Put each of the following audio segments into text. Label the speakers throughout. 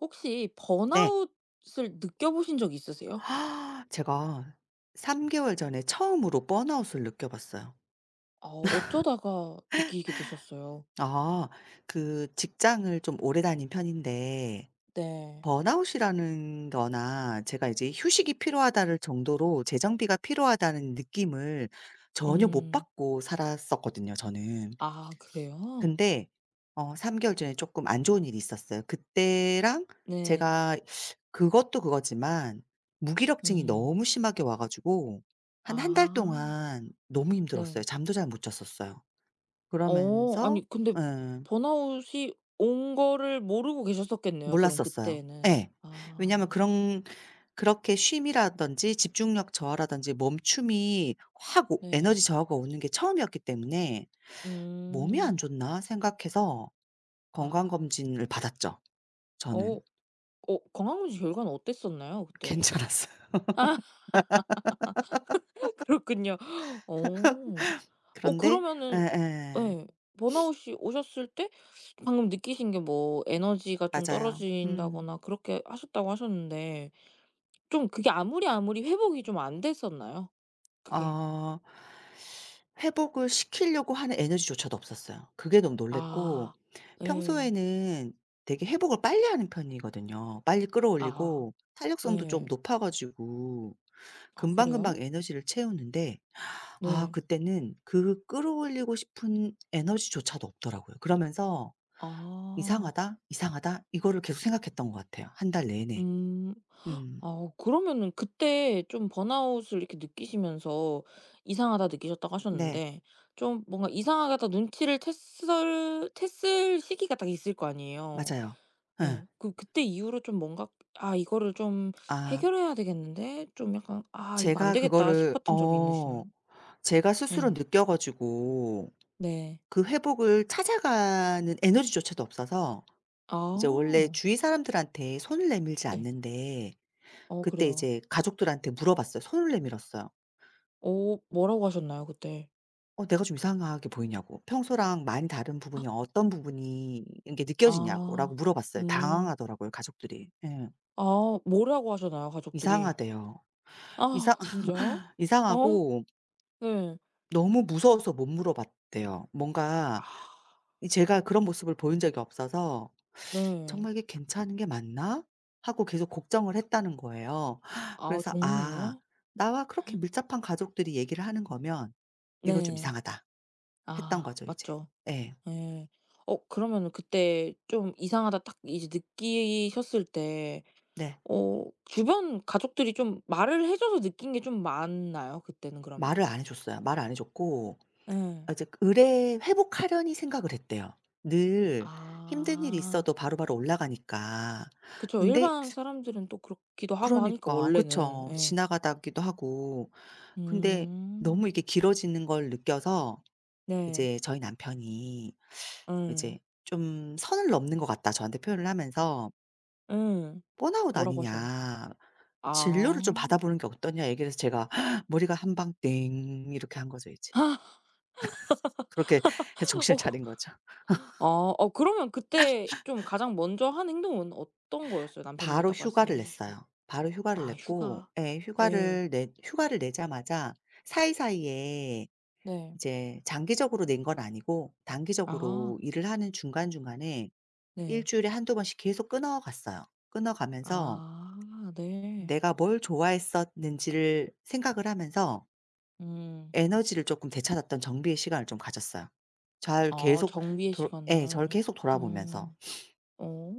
Speaker 1: 혹시
Speaker 2: 네.
Speaker 1: 번아웃을 느껴보신 적 있으세요?
Speaker 2: 제가 3개월 개월 전에 처음으로 번아웃을 느껴봤어요.
Speaker 1: 아 어쩌다가 느끼게 되셨어요?
Speaker 2: 아 그 직장을 좀 오래 다닌 편인데,
Speaker 1: 네.
Speaker 2: 번아웃이라는 거나 제가 이제 '휴식이 필요하다.'를 정도로 '재정비가 필요하다.'는 느낌을 전혀 못
Speaker 1: 음.
Speaker 2: 받고 살았었거든요 저는.
Speaker 1: 아 그래요?
Speaker 2: 근데 3개월 개월 전에 쪼끔 안 좋은 일이 있었어요. 그때랑
Speaker 1: 네.
Speaker 2: 제가, 그것도 그거지만 무기력증이
Speaker 1: 음.
Speaker 2: 너무 심하게 와 가지고 한 한 달
Speaker 1: 아
Speaker 2: 동안 너무 힘들었어요.
Speaker 1: 네.
Speaker 2: 잠도 잘 못 잤었어요.
Speaker 1: 어
Speaker 2: 그러면서
Speaker 1: 아니 근데
Speaker 2: 예,
Speaker 1: 번아웃이 온 거를 모르고 계셨었겠네요 그럼
Speaker 2: 몰랐었어요.
Speaker 1: 그때는.
Speaker 2: 예. 왜냐하면
Speaker 1: 아
Speaker 2: 그런, 그렇게 쉼이라든지 집중력 저하라든지 멈춤이 확 오
Speaker 1: 네.
Speaker 2: 에너지 저하가 오는 게 처음이었기 때문에 '몸이 안
Speaker 1: 음.
Speaker 2: 좋나?' 생각해서
Speaker 1: 아.
Speaker 2: 건강검진을 받았죠
Speaker 1: 어
Speaker 2: 저는.
Speaker 1: 어 건강검진 결과는 어땠었나요 그때?
Speaker 2: 괜찮았어요.
Speaker 1: 그렇군요. 어. 어
Speaker 2: 그런데
Speaker 1: 그러면은
Speaker 2: 예예.
Speaker 1: 예. 번아웃이 오셨을 때 방금 느끼신 게 뭐 에너지가 좀
Speaker 2: 맞아요. 음.
Speaker 1: 떨어진다거나 그렇게 하셨다고 하셨는데 좀 그게 아무리, 아무리 회복이 좀 안 됐었나요?
Speaker 2: 어
Speaker 1: 그게?
Speaker 2: 회복을 시키려고 하는 에너지조차도 없었어요. 그게 너무 놀랐고,
Speaker 1: 아. 예.
Speaker 2: 평소에는 되게 회복을 빨리 하는 편이거든요. 빨리
Speaker 1: 아.
Speaker 2: 끌어올리고 탄력성도 좀
Speaker 1: 예.
Speaker 2: 높아 가지고
Speaker 1: 아 그래요?
Speaker 2: 금방금방 에너지를 채우는데,
Speaker 1: 네.
Speaker 2: 그때는 그 끌어올리고 싶은 에너지조차도 없더라고요. 그러면서
Speaker 1: 아.
Speaker 2: '이상하다, 이상하다.' 이거를 계속 생각했던 것 같아요 한 달 내내.
Speaker 1: 음.
Speaker 2: 음.
Speaker 1: 아 그러면은 그때 좀 번아웃을 이렇게 느끼시면서 이상하다 느끼셨다고
Speaker 2: 네.
Speaker 1: 하셨는데 좀 뭔가 이상하다 눈치를 챘을 시기가 딱 있을 거 아니에요.
Speaker 2: 맞아요. 예.
Speaker 1: 예. 그 그때 이후로 좀 뭔가 '아 이거를 좀
Speaker 2: 아
Speaker 1: 해결해야 되겠는데.' 좀 약간 '아 이거 안
Speaker 2: 제가
Speaker 1: 되겠다.'
Speaker 2: 그거를
Speaker 1: 싶었던 적이 있으시나요?
Speaker 2: 제가 스스로
Speaker 1: 응
Speaker 2: 느껴 가지고,
Speaker 1: 네.
Speaker 2: 그 회복을 찾아가는 에너지조차도 없어서 이제 원래
Speaker 1: 아
Speaker 2: 주위 사람들한테 손을 내밀지
Speaker 1: 네.
Speaker 2: 않는데,
Speaker 1: 어
Speaker 2: 그때
Speaker 1: 그래요.
Speaker 2: 이제 가족들한테 물어봤어요. 손을 내밀었어요.
Speaker 1: 오 뭐라고 하셨나요 그때?
Speaker 2: "어 내가 좀 이상하게 보이냐."고. "평소랑 많이 다른 부분이 어떤 부분이 이게 느껴지냐."고라고
Speaker 1: 아.
Speaker 2: 물어봤어요.
Speaker 1: 음.
Speaker 2: 당황하더라고요 가족들이. 예.
Speaker 1: 아 뭐라고 하셨나요 가족들이?
Speaker 2: 이상하대요. 이상
Speaker 1: 아 진짜요? 어
Speaker 2: 이상하고
Speaker 1: 네.
Speaker 2: 너무 무서워서 못 물어봤대요.
Speaker 1: 아
Speaker 2: 뭔가 이 제가 그런 모습을 보인 적이 없어서
Speaker 1: 네.
Speaker 2: '정말 이게 괜찮은 게 맞나?' 하고 계속 걱정을 했다는 거예요.
Speaker 1: 아
Speaker 2: 그래서 '아
Speaker 1: 정말요?
Speaker 2: 나와 그렇게 밀접한 가족들이 얘기를 하는 거면 이거 좀
Speaker 1: 네.
Speaker 2: 이상하다.' 했던
Speaker 1: 아
Speaker 2: 거죠 이제.
Speaker 1: 맞죠.
Speaker 2: 예.
Speaker 1: 예. 어 그러면은 그때 좀 이상하다 딱 이제 느끼셨을 때
Speaker 2: 네.
Speaker 1: 어 주변 가족들이 좀 말을 해 줘서 느낀 게 좀 많나요? 그때는 그러면?
Speaker 2: 말을 안 해 줬어요. 말을 안 해 줬고,
Speaker 1: 예.
Speaker 2: 이제 의례 회복하려니 생각을 했대요. 늘 힘든 일이
Speaker 1: 아.
Speaker 2: 있어도 바로바로 올라가니까.
Speaker 1: 그쵸.
Speaker 2: 근데
Speaker 1: 일반 사람들은 또 그렇기도 하고 하니까
Speaker 2: 그러니까
Speaker 1: 원래는.
Speaker 2: 그쵸.
Speaker 1: 예.
Speaker 2: 지나가다기도 하고. 근데
Speaker 1: 음.
Speaker 2: 너무 이게 길어지는 걸 느껴서
Speaker 1: 네.
Speaker 2: 이제 저희 남편이
Speaker 1: 응.
Speaker 2: 이제 좀 선을 넘는 것 같다 저한테 표현을 하면서
Speaker 1: 응.
Speaker 2: "번아웃
Speaker 1: 뭐라고 하셔요?
Speaker 2: 아니냐. 진료를 좀
Speaker 1: 아.
Speaker 2: 받아보는 게 어떠냐." 얘기를 해서 제가 머리가 한 방 띵 이렇게 한 거죠 이제.
Speaker 1: 아,
Speaker 2: 그렇게 해서 정신을
Speaker 1: 어.
Speaker 2: 차린 거죠.
Speaker 1: 아 어 그러면 그때 좀 가장 먼저 한 행동은 어떤 거였어요? 남편분이
Speaker 2: 바로
Speaker 1: 딱 말씀을
Speaker 2: 휴가를
Speaker 1: 해 주시고.
Speaker 2: 냈어요. 바로 휴가를
Speaker 1: 아
Speaker 2: 냈고,
Speaker 1: 휴가.
Speaker 2: 예,
Speaker 1: 예.
Speaker 2: 휴가를 내자마자 사이사이에,
Speaker 1: 네.
Speaker 2: 이제 장기적으로 낸 건 아니고
Speaker 1: 아
Speaker 2: 단기적으로 일을 하는 중간중간에 일
Speaker 1: 네.
Speaker 2: 주일에 한두 번씩 계속 끊어 갔어요. 끊어 가면서
Speaker 1: 아 네.
Speaker 2: 내가 뭘 좋아했었는지를 생각을 하면서
Speaker 1: 음.
Speaker 2: 에너지를 조금 되찾았던 정비의 시간을 좀 가졌어요. 잘
Speaker 1: 아
Speaker 2: 계속
Speaker 1: 정비의
Speaker 2: 돌 예 저를
Speaker 1: 시간을.
Speaker 2: 계속 돌아보면서.
Speaker 1: 음. 어.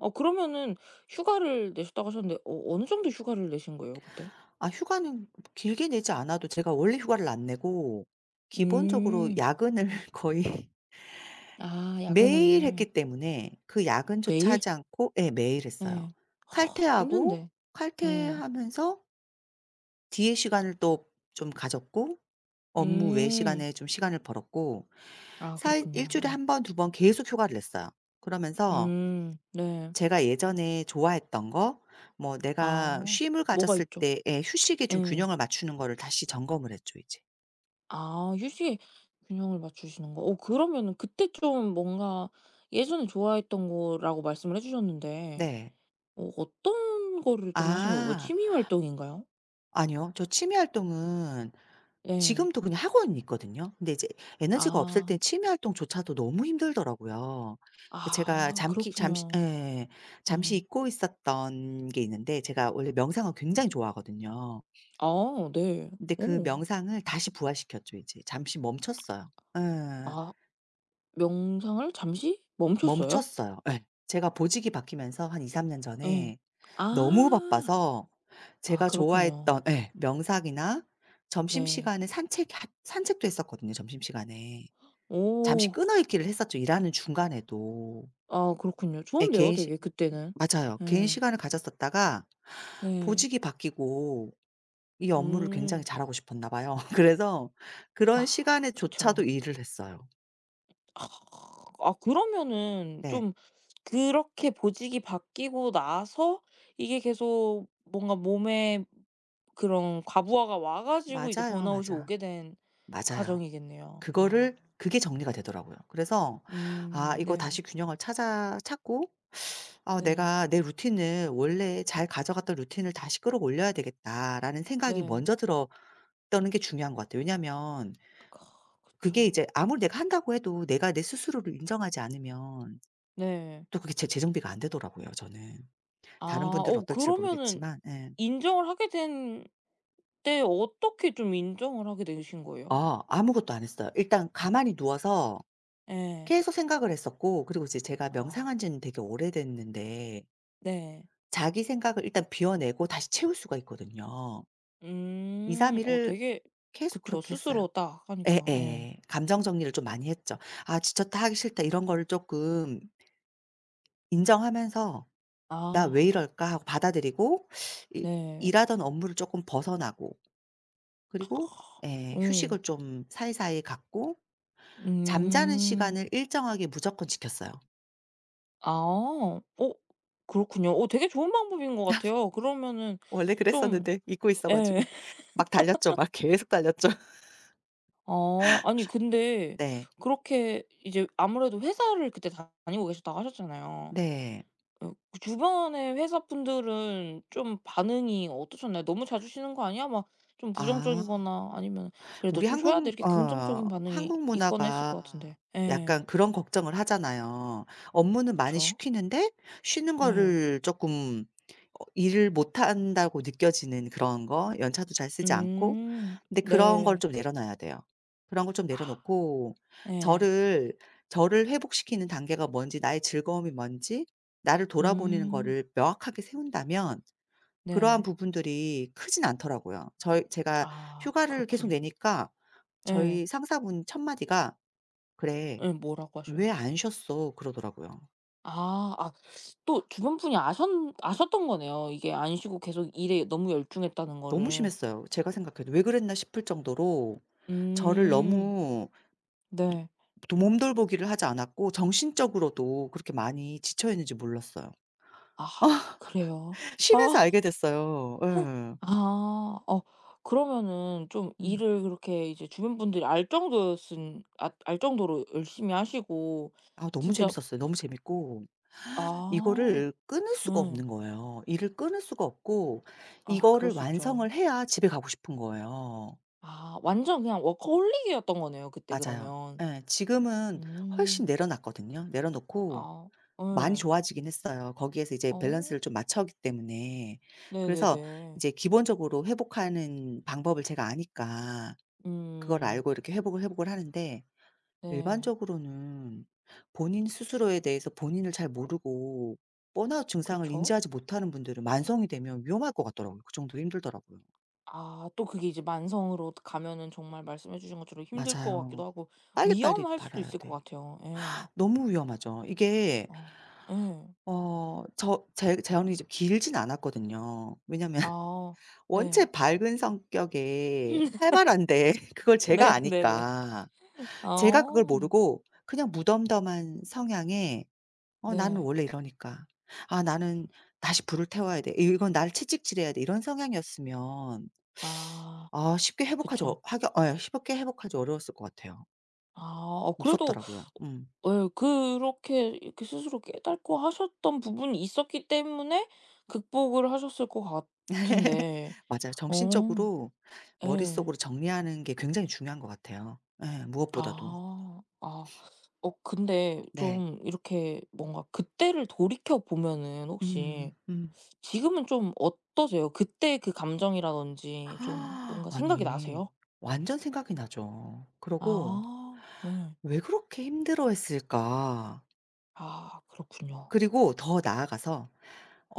Speaker 1: 어 그러면은 휴가를 내셨다고 하셨는데 어 어느 정도 휴가를 내신 거예요 그때?
Speaker 2: 휴가는 길게 내지 않아도 제가 원래 휴가를 안 내고 기본적으로
Speaker 1: 음.
Speaker 2: 야근을 거의
Speaker 1: 아
Speaker 2: 매일
Speaker 1: 야근을
Speaker 2: 했기 때문에 그 야근조차
Speaker 1: 매일?
Speaker 2: 하지 않고 예 매일 했어요.
Speaker 1: 예. 허,
Speaker 2: 칼퇴하고,
Speaker 1: 힘든데. 예.
Speaker 2: 칼퇴하면서 뒤에 시간을 또 좀 가졌고, 업무 외
Speaker 1: 음.
Speaker 2: 시간에 좀 시간을 벌었고,
Speaker 1: 아
Speaker 2: 사
Speaker 1: 그렇군요.
Speaker 2: 주일에
Speaker 1: 예.
Speaker 2: 한 번 두 번 계속 휴가를 냈어요. 그러면서
Speaker 1: 네.
Speaker 2: 제가 예전에 좋아했던 거, 뭐 내가
Speaker 1: 아
Speaker 2: 쉼을
Speaker 1: 뭐가
Speaker 2: 가졌을
Speaker 1: 있죠?
Speaker 2: 때의 휴식에 좀
Speaker 1: 예.
Speaker 2: 균형을 맞추는 거를 다시 점검을 했죠 이제.
Speaker 1: 아 휴식에 균형을 맞추시는 거. 어 그러면은 그때 좀 뭔가 예전에 좋아했던 거라고 말씀을 해 주셨는데
Speaker 2: 네.
Speaker 1: 어 어떤 거를 좀 하신 거예요? 뭐
Speaker 2: 아.
Speaker 1: 취미 활동인가요?
Speaker 2: 아니요. 저 취미 활동은
Speaker 1: 네.
Speaker 2: 지금도 그냥 하고는 있거든요. 근데 이제 에너지가 없을
Speaker 1: 아.
Speaker 2: 땐 취미 활동조차도 너무 힘들더라고요. 제가
Speaker 1: 아
Speaker 2: 잠기 잠시
Speaker 1: 그렇군요.
Speaker 2: 예. 잠시
Speaker 1: 네.
Speaker 2: 잊고 있었던 게 있는데 제가 원래 명상을 굉장히 좋아하거든요.
Speaker 1: 아 네.
Speaker 2: 근데 그
Speaker 1: 오.
Speaker 2: 명상을 다시 부활시켰죠 이제. 잠시 멈췄어요. 예.
Speaker 1: 아 명상을 잠시 멈췄어요?
Speaker 2: 멈췄어요. 예. 제가 보직이 바뀌면서 한 2~3년
Speaker 1: 네.
Speaker 2: 전에 너무
Speaker 1: 아.
Speaker 2: 바빠서
Speaker 1: 아
Speaker 2: 제가
Speaker 1: 그렇군요.
Speaker 2: 좋아했던 예 명상이나
Speaker 1: 네.
Speaker 2: 점심시간에 산책도 했었거든요 점심시간에. 잠시
Speaker 1: 오.
Speaker 2: 끊어 있기를 했었죠 일하는 중간에도.
Speaker 1: 아 그렇군요.
Speaker 2: 예
Speaker 1: 좋은데요
Speaker 2: 개인 시
Speaker 1: 되게 그때는.
Speaker 2: 맞아요. 개인
Speaker 1: 예.
Speaker 2: 시간을 가졌었다가
Speaker 1: 네.
Speaker 2: 보직이 바뀌고 이 업무를 굉장히
Speaker 1: 음.
Speaker 2: 잘하고 싶었나 봐요. 그래서
Speaker 1: 아
Speaker 2: 그런 시간에조차도
Speaker 1: 그쵸.
Speaker 2: 일을 했어요.
Speaker 1: 아 아 그러면은
Speaker 2: 네.
Speaker 1: 좀 그렇게 보직이 바뀌고 나서 이게 계속 뭔가 몸에 그런 과부하가 와 가지고 이제
Speaker 2: 맞아요.
Speaker 1: 번아웃이
Speaker 2: 맞아.
Speaker 1: 오게 된
Speaker 2: 맞아요.
Speaker 1: 과정이겠네요. 아.
Speaker 2: 그거를 그게 정리가 되더라고요. 그래서 아 이거
Speaker 1: 네.
Speaker 2: 다시 균형을 찾아 찾고, 아
Speaker 1: 네.
Speaker 2: '내가 내 루틴을 원래 잘 가져갔던 루틴을 다시 끌어올려야 되겠다.'라는 생각이
Speaker 1: 네.
Speaker 2: 먼저 들었다는 게 중요한 것 같아요. 왜냐하면
Speaker 1: 아,
Speaker 2: 그게
Speaker 1: 그쵸.
Speaker 2: 이제 아무리 내가 한다고 해도 내가 내 스스로를 인정하지 않으면
Speaker 1: 네.
Speaker 2: 또 그게 재 재정비가 안 되더라고요 저는. 다른
Speaker 1: 아
Speaker 2: 분들은
Speaker 1: 어
Speaker 2: 어떨지를
Speaker 1: 그러면은
Speaker 2: 모르겠지만 예.
Speaker 1: 인정을 하게 된 그때 어떻게 좀 인정을 하게 되신 거예요?
Speaker 2: 아 아무것도 안 했어요. 일단 가만히 누워서
Speaker 1: 예.
Speaker 2: 계속 생각을 했었고, 그리고 이제 제가
Speaker 1: 아
Speaker 2: 명상한 지는 되게 오래됐는데
Speaker 1: 네.
Speaker 2: 자기 생각을 일단 비워내고 다시 채울 수가 있거든요. 2~3일
Speaker 1: 음. 어
Speaker 2: 일을
Speaker 1: 되게
Speaker 2: 계속
Speaker 1: 그쵸.
Speaker 2: 그렇게 했어요.
Speaker 1: 스스로 딱 하니까. 예.
Speaker 2: 예예. 감정 정리를 좀 많이 했죠. '아 지쳤다. 하기 싫다.' 이런 거를 쪼끔 인정하면서 '나 왜
Speaker 1: 아
Speaker 2: 이럴까?' 하고 받아들이고, 이
Speaker 1: 네.
Speaker 2: 일하던 업무를 쪼끔 벗어나고, 그리고
Speaker 1: 어.
Speaker 2: 예 휴식을 좀 사이사이 갖고, 잠자는
Speaker 1: 음.
Speaker 2: 시간을 일정하게 무조건 지켰어요.
Speaker 1: 아. 어 그렇군요. 어 되게 좋은 방법인 것 같아요. 그러면은
Speaker 2: 원래
Speaker 1: 좀
Speaker 2: 그랬었는데 잊고 있어
Speaker 1: 예.
Speaker 2: 가지고 막 달렸죠. 막 계속 달렸죠.
Speaker 1: 어 아니 근데
Speaker 2: 네.
Speaker 1: 그렇게 이제 아무래도 회사를 그때 다니고 계셨다고 하셨잖아요.
Speaker 2: 네.
Speaker 1: 어 그 주변의 회사분들은 좀 반응이 어떠셨나요? "너무 자주 쉬는 거 아니야?" 막 좀
Speaker 2: 아.
Speaker 1: 부정적이거나 아니면 "그래도
Speaker 2: 우리
Speaker 1: 좀 쉬어야 돼."
Speaker 2: 한국
Speaker 1: 이렇게 긍정적인 반응이
Speaker 2: 한국
Speaker 1: 있거나 했을 것
Speaker 2: 문화가
Speaker 1: 같은데. 예.
Speaker 2: 약간 그런 걱정을 하잖아요. 업무는 많이
Speaker 1: 그쵸.
Speaker 2: 시키는데 쉬는
Speaker 1: 예.
Speaker 2: 거를 조금 어 일을 못한다고 느껴지는 그런 거, 연차도 잘 쓰지 않고.
Speaker 1: 음.
Speaker 2: 근데 그런 걸
Speaker 1: 네.
Speaker 2: 좀 내려놔야 돼요. 그런 걸 좀
Speaker 1: 아
Speaker 2: 내려놓고
Speaker 1: 예.
Speaker 2: 저를 저를 회복시키는 단계가 뭔지, 나의 즐거움이 뭔지, 나를 돌아보는
Speaker 1: 음.
Speaker 2: 거를 명확하게 세운다면 그러한
Speaker 1: 네.
Speaker 2: 부분들이 크진 않더라고요. 저희 제가
Speaker 1: 아
Speaker 2: 휴가를 계속
Speaker 1: 그렇군요.
Speaker 2: 내니까
Speaker 1: 예.
Speaker 2: 저희 상사분 첫 마디가 "그래.
Speaker 1: 예 뭐라고 하셔요?
Speaker 2: 왜 안 쉬었어?" 그러더라고요.
Speaker 1: 아. 아 또 주변 분이 아셨던 거네요. 이게 안 쉬고 계속 일에 너무 열중했다는
Speaker 2: 너무
Speaker 1: 거를.
Speaker 2: 심했어요. 제가 생각해도 '왜 그랬나?' 싶을 정도로 저를
Speaker 1: 음.
Speaker 2: 너무
Speaker 1: 네.
Speaker 2: 또 몸돌보기를 하지 않았고 정신적으로도 그렇게 많이 지쳐 있는지 몰랐어요.
Speaker 1: 아 그래요?
Speaker 2: 쉬면서
Speaker 1: 아.
Speaker 2: 알게 됐어요. 예.
Speaker 1: 아. 어 그러면은 좀
Speaker 2: 음.
Speaker 1: 일을 그렇게 이제 주변 분들이 알 정도였은 아 알 정도로 열심히 하시고
Speaker 2: 아 너무
Speaker 1: 진짜
Speaker 2: 재밌었어요. 너무 재밌고
Speaker 1: 아
Speaker 2: 이거를 끊을 수가
Speaker 1: 응
Speaker 2: 없는 거예요. 일을 끊을 수가 없고
Speaker 1: 아
Speaker 2: 이거를
Speaker 1: 그럴 수
Speaker 2: 완성을
Speaker 1: 있죠.
Speaker 2: 해야 집에 가고 싶은 거예요.
Speaker 1: 아 완전 그냥 워커홀릭이었던 거네요 그때
Speaker 2: 맞아요.
Speaker 1: 그러면.
Speaker 2: 예. 지금은 훨씬
Speaker 1: 음.
Speaker 2: 내려놨거든요. 내려놓고
Speaker 1: 아
Speaker 2: 많이
Speaker 1: 예.
Speaker 2: 좋아지긴 했어요. 거기에서 이제
Speaker 1: 어.
Speaker 2: 밸런스를 좀 맞춰기 때문에. 그래서
Speaker 1: 네네네.
Speaker 2: 이제 기본적으로 회복하는 방법을 제가 아니까 그걸
Speaker 1: 음.
Speaker 2: 알고 이렇게 회복을 하는데,
Speaker 1: 네.
Speaker 2: 일반적으로는 본인 스스로에 대해서 본인을 잘 모르고 번아웃 증상을
Speaker 1: 그쵸.
Speaker 2: 인지하지 못하는 분들은 만성이 되면 위험할 것 같더라고요. 그 정도로 힘들더라고요.
Speaker 1: 아 또 그게 이제 만성으로 가면은 정말 말씀해 주신 것처럼 힘들 것
Speaker 2: 맞아요.
Speaker 1: 같기도 하고
Speaker 2: 빨리빨리
Speaker 1: 위험할 수도
Speaker 2: 알아야
Speaker 1: 있을 것
Speaker 2: 돼.
Speaker 1: 같아요. 예.
Speaker 2: 너무 위험하죠. 이게
Speaker 1: 어 예.
Speaker 2: 제 재언이 좀 길진 않았거든요. 왜냐면
Speaker 1: 아
Speaker 2: 원체
Speaker 1: 네.
Speaker 2: 밝은 성격에 활발한데 그걸 제가
Speaker 1: 네 네네.
Speaker 2: 아니까 제가 그걸
Speaker 1: 아
Speaker 2: 모르고 그냥 무덤덤한 성향에 나는
Speaker 1: 네.
Speaker 2: 원래 이러니까. '아 나는 다시 불을 태워야 돼. 이건 나를 채찍질해야 돼.' 이런 성향이었으면
Speaker 1: 아
Speaker 2: 아 쉽게 회복하지
Speaker 1: 그쵸.
Speaker 2: 어 하기 쉽게 회복하지 어려웠을 것 같아요.
Speaker 1: 아 어 그래도
Speaker 2: 무섭더라고요. 음.
Speaker 1: 예 그렇게 이렇게 스스로 깨닫고 하셨던 부분이 있었기 때문에 극복을 하셨을 것 같은데
Speaker 2: 맞아요.
Speaker 1: 어
Speaker 2: 정신적으로
Speaker 1: 예.
Speaker 2: 머릿속으로 정리하는 게 굉장히 중요한 것 같아요. 예 무엇보다도.
Speaker 1: 아. 아. 어 근데
Speaker 2: 네.
Speaker 1: 좀 이렇게 뭔가 그때를 돌이켜 보면은 혹시
Speaker 2: 음.
Speaker 1: 지금은 좀 어떠세요? 그때 그 감정이라든지 좀 뭔가 생각이
Speaker 2: 아니
Speaker 1: 나세요?
Speaker 2: 완전 생각이 나죠. 그러고
Speaker 1: 아. 네.
Speaker 2: '왜 그렇게 힘들어했을까?'
Speaker 1: 아 그렇군요.
Speaker 2: 그리고 더 나아가서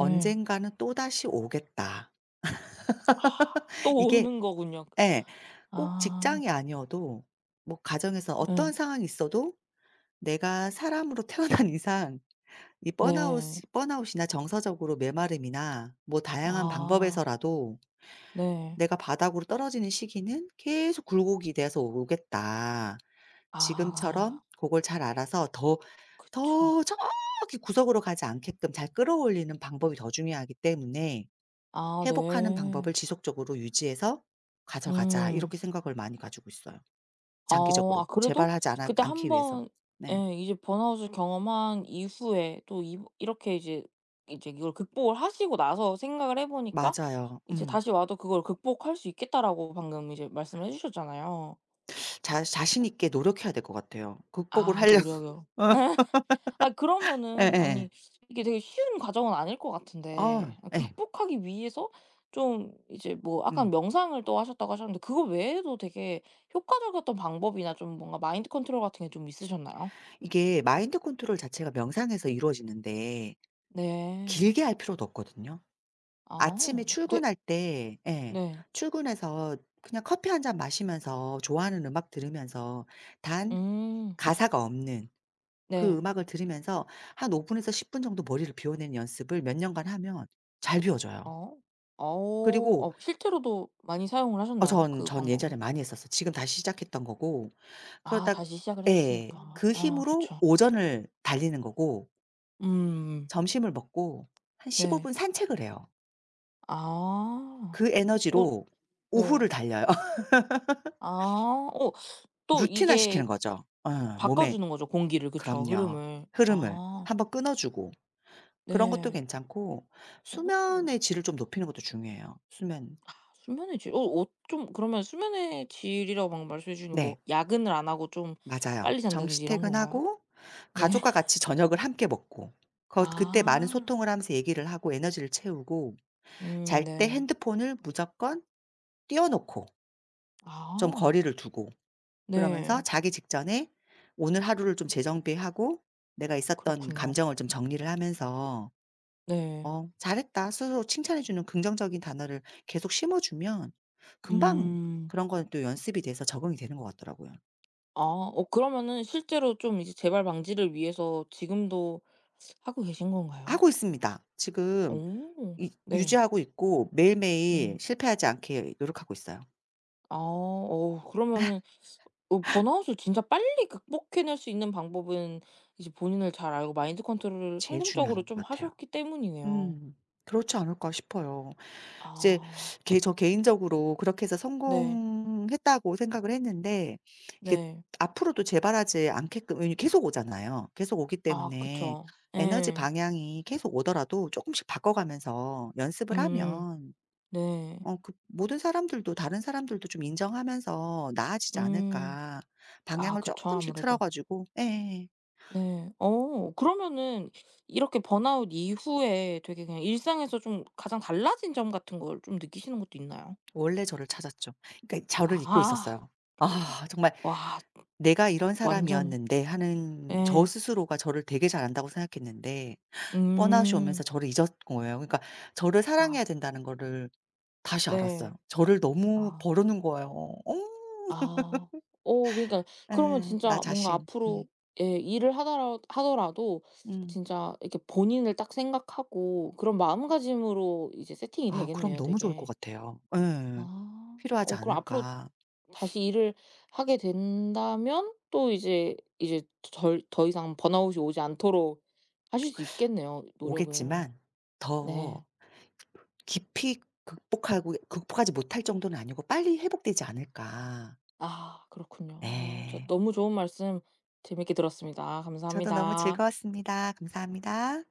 Speaker 1: 예.
Speaker 2: 또다시 오겠다.'
Speaker 1: 아 또
Speaker 2: 이게
Speaker 1: 오는 거군요.
Speaker 2: 예. 꼭
Speaker 1: 아
Speaker 2: 직장이 아니어도 뭐 가정에서 어
Speaker 1: 예.
Speaker 2: 떤 상황이 있어도 내가 사람으로 태어난 이상, 이
Speaker 1: 네.
Speaker 2: 번아웃이나 정서적으로 메마름이나 뭐 다양한
Speaker 1: 아
Speaker 2: 방법에서라도
Speaker 1: 네.
Speaker 2: '내가 바닥으로 떨어지는 시기는 계속 굴곡이 돼서 오겠다. 지금처럼
Speaker 1: 아
Speaker 2: 그걸 잘 알아서
Speaker 1: 그쵸.
Speaker 2: 더 저기 구석으로 가지 않게끔 잘 끌어올리는 방법이 더 중요하기 때문에
Speaker 1: 아
Speaker 2: 회복하는
Speaker 1: 네.
Speaker 2: 방법을 지속적으로 유지해서 가져가자.'
Speaker 1: 음.
Speaker 2: 이렇게 생각을 많이 가지고 있어요.
Speaker 1: 어. 아
Speaker 2: 장기적으로
Speaker 1: 그래도
Speaker 2: 재발하지 않아
Speaker 1: 그때 한
Speaker 2: 않기 위해서.
Speaker 1: 번
Speaker 2: 네.
Speaker 1: 예 이제 번아웃을 경험한 이후에 또 이 이렇게 이제 이걸 극복을 하시고 나서 생각을 해 보니까
Speaker 2: 맞아요.
Speaker 1: 이제
Speaker 2: 음.
Speaker 1: 다시 와도 그걸 극복할 수 있겠다라고 방금 이제 말씀을 해 주셨잖아요.
Speaker 2: 자 자신 있게 노력해야 될 것 같아요. 극복을
Speaker 1: 아
Speaker 2: 하려고.
Speaker 1: 노력이요. 아 그러면은
Speaker 2: 예예.
Speaker 1: 아니 이게 되게 쉬운 과정은 아닐 것
Speaker 2: 아
Speaker 1: 같은데 아
Speaker 2: 예. 예. 어, 예.
Speaker 1: 극복하기 위해서 좀 이제 뭐 아까
Speaker 2: 음.
Speaker 1: 명상을 또 하셨다고 하셨는데 그거 외에도 되게 효과적이었던 방법이나 좀 뭔가 마인드 컨트롤 같은 게 좀 있으셨나요?
Speaker 2: 이게 마인드 컨트롤 자체가 명상에서 이루어지는데
Speaker 1: 네.
Speaker 2: 길게 할 필요도 없거든요.
Speaker 1: 아.
Speaker 2: 아침에
Speaker 1: 네.
Speaker 2: 출근할 때 예
Speaker 1: 네.
Speaker 2: 출근해서 그냥 커피 한 잔 마시면서 좋아하는 음악 들으면서 단
Speaker 1: 음.
Speaker 2: 가사가 없는 그
Speaker 1: 네.
Speaker 2: 음악을 들으면서 한 5분 분에서 10분 정도 머리를 비워내는 연습을 몇 년간 하면 잘 비워져요.
Speaker 1: 어. 어.
Speaker 2: 그리고
Speaker 1: 어 실제로도 많이 사용을 하셨나요? 그
Speaker 2: 전
Speaker 1: 방법을?
Speaker 2: 예전에 많이 했었어요. 지금 다시 시작했던 거고
Speaker 1: 아
Speaker 2: 그러다
Speaker 1: 다시 시작을
Speaker 2: 예.
Speaker 1: 했으니까.
Speaker 2: 그
Speaker 1: 아
Speaker 2: 힘으로
Speaker 1: 그쵸.
Speaker 2: 오전을 달리는 거고
Speaker 1: 음.
Speaker 2: 점심을 먹고 한 15
Speaker 1: 네.
Speaker 2: 분 산책을 해요.
Speaker 1: 아.
Speaker 2: 그
Speaker 1: 어
Speaker 2: 에너지로 오후를
Speaker 1: 네.
Speaker 2: 달려요.
Speaker 1: 아. 어 또
Speaker 2: 루틴화
Speaker 1: 이게
Speaker 2: 시키는 거죠. 어 몸에
Speaker 1: 바꿔주는 거죠 공기를. 그쵸.
Speaker 2: 그럼요.
Speaker 1: 흐름을.
Speaker 2: 흐름을
Speaker 1: 아
Speaker 2: 한번 끊어 주고 그런 것도
Speaker 1: 네.
Speaker 2: 괜찮고
Speaker 1: 오오.
Speaker 2: 수면의 질을 좀 높이는 것도 중요해요. 수면,
Speaker 1: 수면의 질. 어 어 좀 그러면 수면의 질이라고 막 말씀해 주신 게 뭐
Speaker 2: 네.
Speaker 1: 야근을 안 하고 좀
Speaker 2: 맞아요.
Speaker 1: 빨리 잔다든지
Speaker 2: 정시
Speaker 1: 이런 건가요?
Speaker 2: 퇴근하고
Speaker 1: 네.
Speaker 2: 가족과 같이 저녁을 함께 먹고 거 그때 많은
Speaker 1: 아.
Speaker 2: 소통을 하면서 얘기를 하고 에너지를 채우고 잘 때
Speaker 1: 네.
Speaker 2: 핸드폰을 무조건 띄워 놓고 좀
Speaker 1: 아.
Speaker 2: 거리를 두고 그러면서
Speaker 1: 네.
Speaker 2: 자기 직전에 오늘 하루를 좀 재정비하고 내가 있었던
Speaker 1: 그렇군요.
Speaker 2: 감정을 좀 정리를 하면서
Speaker 1: 네.
Speaker 2: 어 '잘했다.' 스스로 칭찬해 주는 긍정적인 단어를 계속 심어 주면 금방
Speaker 1: 음.
Speaker 2: 그런 건 또 연습이 돼서 적응이 되는 것 같더라고요.
Speaker 1: 아 어 그러면은 실제로 좀 이제 재발 방지를 위해서 지금도 하고 계신 건가요?
Speaker 2: 하고 있습니다. 지금
Speaker 1: 오.
Speaker 2: 이
Speaker 1: 네.
Speaker 2: 유지하고 있고 매일매일
Speaker 1: 음.
Speaker 2: 실패하지 않게 노력하고 있어요.
Speaker 1: 아 어 그러면은 어 번아웃을 진짜 빨리 극복해낼 수 있는 방법은 이제 본인을 잘 알고 마인드 컨트롤을
Speaker 2: 제일 중요한
Speaker 1: 성공적으로
Speaker 2: 것
Speaker 1: 좀
Speaker 2: 같아요.
Speaker 1: 하셨기 때문이네요.
Speaker 2: 음. 그렇지 않을까 싶어요. 이제
Speaker 1: 아.
Speaker 2: 개 저 개인적으로 그렇게 해서
Speaker 1: 네.
Speaker 2: 성공했다고 생각을 했는데 이게
Speaker 1: 네.
Speaker 2: 앞으로도 재발하지 않게끔, 왜냐면 계속 오잖아요. 계속 오기
Speaker 1: 아
Speaker 2: 때문에
Speaker 1: 그쵸.
Speaker 2: 에너지
Speaker 1: 예.
Speaker 2: 방향이 계속 오더라도 쪼끔씩 바꿔가면서 연습을
Speaker 1: 음.
Speaker 2: 하면
Speaker 1: 네.
Speaker 2: 어 그 모든 사람들도 다른 사람들도 좀 인정하면서 나아지지
Speaker 1: 음.
Speaker 2: 않을까.
Speaker 1: 아
Speaker 2: 방향을 조
Speaker 1: 그쵸.
Speaker 2: 금씩 틀어
Speaker 1: 아무래도.
Speaker 2: 가지고 예예.
Speaker 1: 네. 어 그러면은 이렇게 번아웃 이후에 되게 그냥 일상에서 좀 가장 달라진 점 같은 걸 좀 느끼시는 것도 있나요?
Speaker 2: 원래 저를 찾았죠. 그러니까 저를 잊고
Speaker 1: 아.
Speaker 2: 있었어요. 아 정말
Speaker 1: 와
Speaker 2: '내가 이런
Speaker 1: 완전
Speaker 2: 사람이었는데.' 하는 저
Speaker 1: 예.
Speaker 2: 스스로가 저를 되게 잘 안다고 생각했는데 번아웃이 오면서
Speaker 1: 음.
Speaker 2: 저를 잊었 거예요. 그러니까 저를 사랑해야
Speaker 1: 아
Speaker 2: 된다는 거를 다시 알았어요.
Speaker 1: 네.
Speaker 2: 저를 너무
Speaker 1: 아.
Speaker 2: 버르는 거예요. 어
Speaker 1: 아. 오 그러니까 그러면
Speaker 2: 예. 나
Speaker 1: 진짜 뭔가
Speaker 2: 자신.
Speaker 1: 앞으로
Speaker 2: 음.
Speaker 1: 예 일을 하더라도
Speaker 2: 음.
Speaker 1: 진짜 이렇게 본인을 딱 생각하고 그런 마음가짐으로 이제 세팅이
Speaker 2: 아 그럼
Speaker 1: 되겠네요
Speaker 2: 너무 좋을 것
Speaker 1: 되게.
Speaker 2: 같아요. 예.
Speaker 1: 아.
Speaker 2: 필요하지
Speaker 1: 어 그럼 앞으로
Speaker 2: 않을까.
Speaker 1: 다시 일을 하게 된다면 또 이제 덜 더 이상 번아웃이 오지 않도록 하실 수 있겠네요, 노력을.
Speaker 2: 오겠지만 더
Speaker 1: 네.
Speaker 2: 깊이 극복하고 극복하지 못할 정도는 아니고 빨리 회복되지 않을까.
Speaker 1: 아 그렇군요. 아 진짜
Speaker 2: 네,
Speaker 1: 너무 좋은 말씀 재밌게 들었습니다.
Speaker 2: 저도 너무
Speaker 1: 감사합니다.
Speaker 2: 즐거웠습니다. 감사합니다.